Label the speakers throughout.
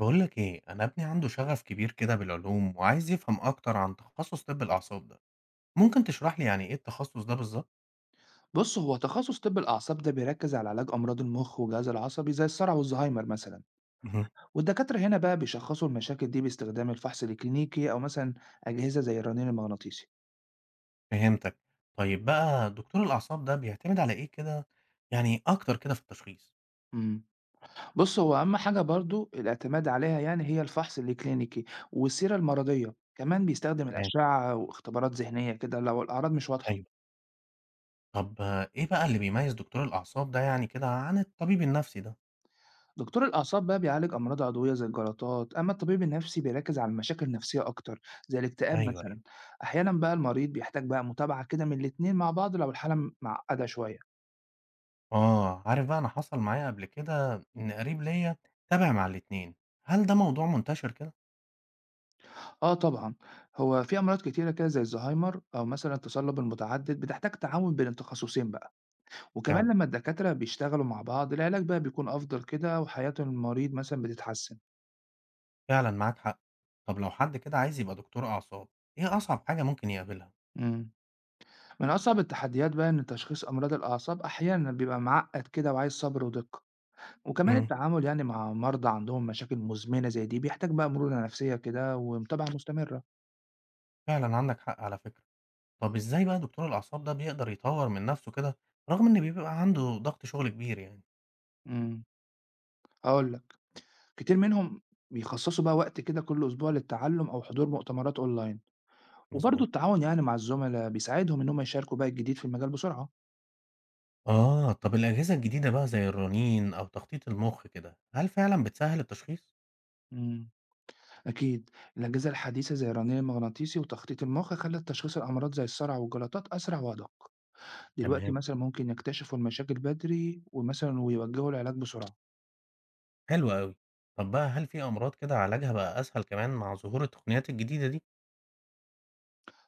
Speaker 1: بقولك ايه؟ انا ابني عنده شغف كبير كده بالعلوم وعايز يفهم اكتر عن تخصص طب الاعصاب ده. ممكن تشرح لي يعني ايه التخصص ده بالظبط؟
Speaker 2: بُص، هو تخصص طِب الأعصاب ده بيركّز على علاج أمراض المُخ والجهاز العصبي زي الصرع والزهايمر مثلًا،
Speaker 1: مهم.
Speaker 2: والدكاترة هنا بقى بيشخّصوا المشاكل دي باستخدام الفحص الكلينيكي أو مثلًا أجهزة زي الرنين المغناطيسي.
Speaker 1: فهمتك. طيب بقى دكتور الاعصاب ده بيعتمد على ايه كده، يعني اكتر كده في التشخيص؟
Speaker 2: إمم. بُص، هو أهم حاجة برضه الاعتماد عليها يعني هي الفحص الكلينيكي والسيرة المرضية، كمان بيستخدم
Speaker 1: تمام.
Speaker 2: الأشعة واختبارات ذهنية كده لو الأعراض مش واضحة.
Speaker 1: ايوه. طب آه، ايه بقى اللي بيميز دكتور الاعصاب ده يعني كده عن الطبيب النفسي ده؟
Speaker 2: دكتور الأعصاب بقى بيعالج أمراض عضوية زي الجلطات، أما الطبيب النفسي بيركز على المشاكل النفسية أكتر زي الاكتئاب
Speaker 1: ايوه
Speaker 2: مثلا،
Speaker 1: ايوه.
Speaker 2: أحيانا بقى المريض بيحتاج بقى متابعة كده من الاتنين مع بعض لو الحالة معقدة شوية.
Speaker 1: اه عارف بقى، انا حصل معايا قبل كده ان قريب ليا تابع مع الاتنين. هل ده موضوع منتشر كده؟
Speaker 2: آه طبعا، هو في أمراض كتيرة كده زي الزهايمر أو مثلا التصلب المتعدد بتحتاج تعاون بين التخصصين بقى، وكمان
Speaker 1: فعلا؟
Speaker 2: لما الدكاترة بيشتغلوا مع بعض العلاج بقى بيكون أفضل كده وحياة المريض مثلا بتتحسن.
Speaker 1: فعلًا معاك حق. طب لو حد كده عايز يبقى دكتور أعصاب، إيه أصعب حاجة ممكن يقابلها؟
Speaker 2: مم. من أصعب التحديات بقى إن تشخيص أمراض الأعصاب أحيانا بيبقى معقد كده وعايز صبر ودقة. وكمان
Speaker 1: امم.
Speaker 2: التعامل يعني مع مرضى عندهم مشاكل مزمنة زي دي بيحتاج بقى مرونة نفسية كده ومتابعة مستمرة.
Speaker 1: فعلًا عندك حق على فكرة. طب إزاي بقى دكتور الأعصاب ده بيقدر يطوّر من نفسه كده، رغم إن بيبقى عنده ضغط شغل كبير يعني؟
Speaker 2: امم. هقول لك، كتير منهم بيخصصوا بقى وقت كده كل أسبوع للتعلم أو حضور مؤتمرات أونلاين، وبرضه
Speaker 1: مضبوط.
Speaker 2: التعاون يعني مع الزملاء بيساعدهم إنهم يشاركوا بقى الجديد في المجال بسرعة.
Speaker 1: آه، طب الأجهزة الجديدة بقى زي الرنين أو تخطيط المخ كده، هل فعلًا بتسهّل التشخيص؟
Speaker 2: امم. أكيد، الأجهزة الحديثة زي الرنين المغناطيسي وتخطيط المخ خلت تشخيص الأمراض زي الصرع والجلطات أسرع وأدق، دلوقتي
Speaker 1: تمام.
Speaker 2: مثلا ممكن يكتشفوا المشاكل بدري ومثلا ويوجهوا العلاج بسرعة.
Speaker 1: حلو أوي. طب بقى هل في أمراض كده علاجها بقى أسهل كمان مع ظهور التقنيات الجديدة دي؟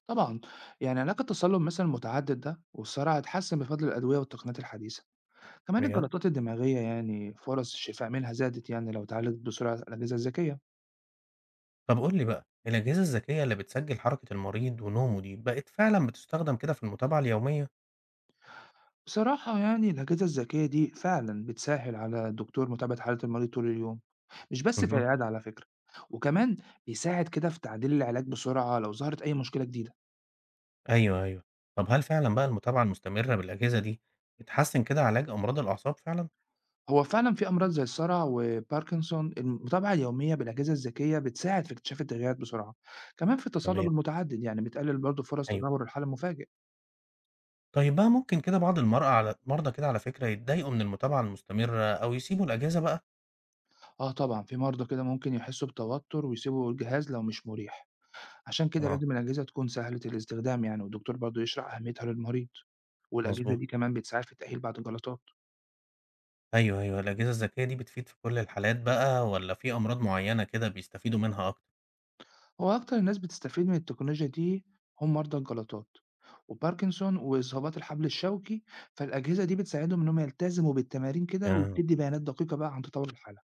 Speaker 2: طبعًا، يعني علاج التسلّل مثلًا المتعدد ده والصرع اتحسّن بفضل الأدوية والتقنيات الحديثة، كمان
Speaker 1: بجد؟
Speaker 2: الجلطات الدماغية يعني فرص الشفاء منها زادت يعني لو اتعالجت بسرعة الأجهزة الذكية،
Speaker 1: طب قُل لي بقى، الأجهزة الذكية اللي بتسجّل حركة المريض ونومه دي، بقت فعلًا بتستخدم كده في المتابعة اليومية؟
Speaker 2: بصراحة يعني الأجهزة الذكية دي فعلًا بتسهّل على الدكتور متابعة حالة المريض طول اليوم، مش بس في
Speaker 1: اهم.
Speaker 2: العيادة على فكرة، وكمان بيساعد كده في تعديل العلاج بسرعة لو ظهرت أي مشكلة جديدة.
Speaker 1: أيوه، أيوه. طب هل فعلًا بقى المتابعة المستمرة بالأجهزة دي، بتحسّن كده علاج أمراض الأعصاب فعلًا؟
Speaker 2: هو فعلًا في أمراض زي الصرع وباركنسون المتابعة اليومية بالأجهزة الذكية بتساعد في اكتشاف التغييرات بسرعة، كمان في التصلب
Speaker 1: تمام.
Speaker 2: المتعدد يعني بتقلل برضه فرص
Speaker 1: أيوه.
Speaker 2: تدهور الحالة المفاجئ.
Speaker 1: طيب بقى ممكن كده بعض المرأة على مرضى كده على فكرة يتضايقوا من المتابعة المستمرة أو يسيبوا الأجهزة بقى؟
Speaker 2: آه طبعًا، في مرضى كده ممكن يحسوا بتوتر ويسيبوا الجهاز لو مش مريح، عشان كده
Speaker 1: آه،
Speaker 2: لازم الأجهزة تكون سهلة الاستخدام يعني والدكتور برضه يشرح أهميتها للمريض، والأجهزة
Speaker 1: مضبوط.
Speaker 2: دي كمان بتساعد في تقليل بعض الجلطات.
Speaker 1: أيوه، أيوه. الأجهزة الذكية دي بتفيد في كل الحالات بقى والّا في أمراض معيّنة كده بيستفيدوا منها أكتر؟
Speaker 2: هو أكتر الناس بتستفيد من التكنولوجيا دي هم مرضى الجلطات وباركنسون وإصابات الحبل الشوكي، فالأجهزة دي بتساعدهم إنهم يلتزموا بالتمارين كده
Speaker 1: آه.
Speaker 2: وبتدي بيانات دقيقة بقى عن تطور الحالة.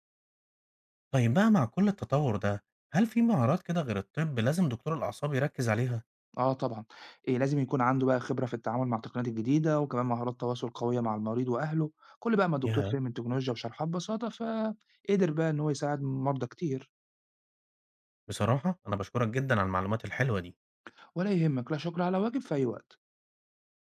Speaker 1: طيب بقى مع كل التطور ده، هل في مهارات كده غير الطب لازم دكتور الأعصاب يركز عليها؟
Speaker 2: اه طبعا، إيه لازم يكون عنده بقى خبرة في التعامل مع التقنيات الجديدة وكمان مهارات تواصل قوية مع المريض وأهله، كل بقى ما الدكتور
Speaker 1: ياه!
Speaker 2: فهم التكنولوجيا وشرحها ببساطة فقدر بقى إن هو يساعد مرضى كتير.
Speaker 1: بصراحة أنا باشكرك جدًا على المعلومات الحلوة دي.
Speaker 2: ولا يهمك، لا شكر على واجب، في أي وقت.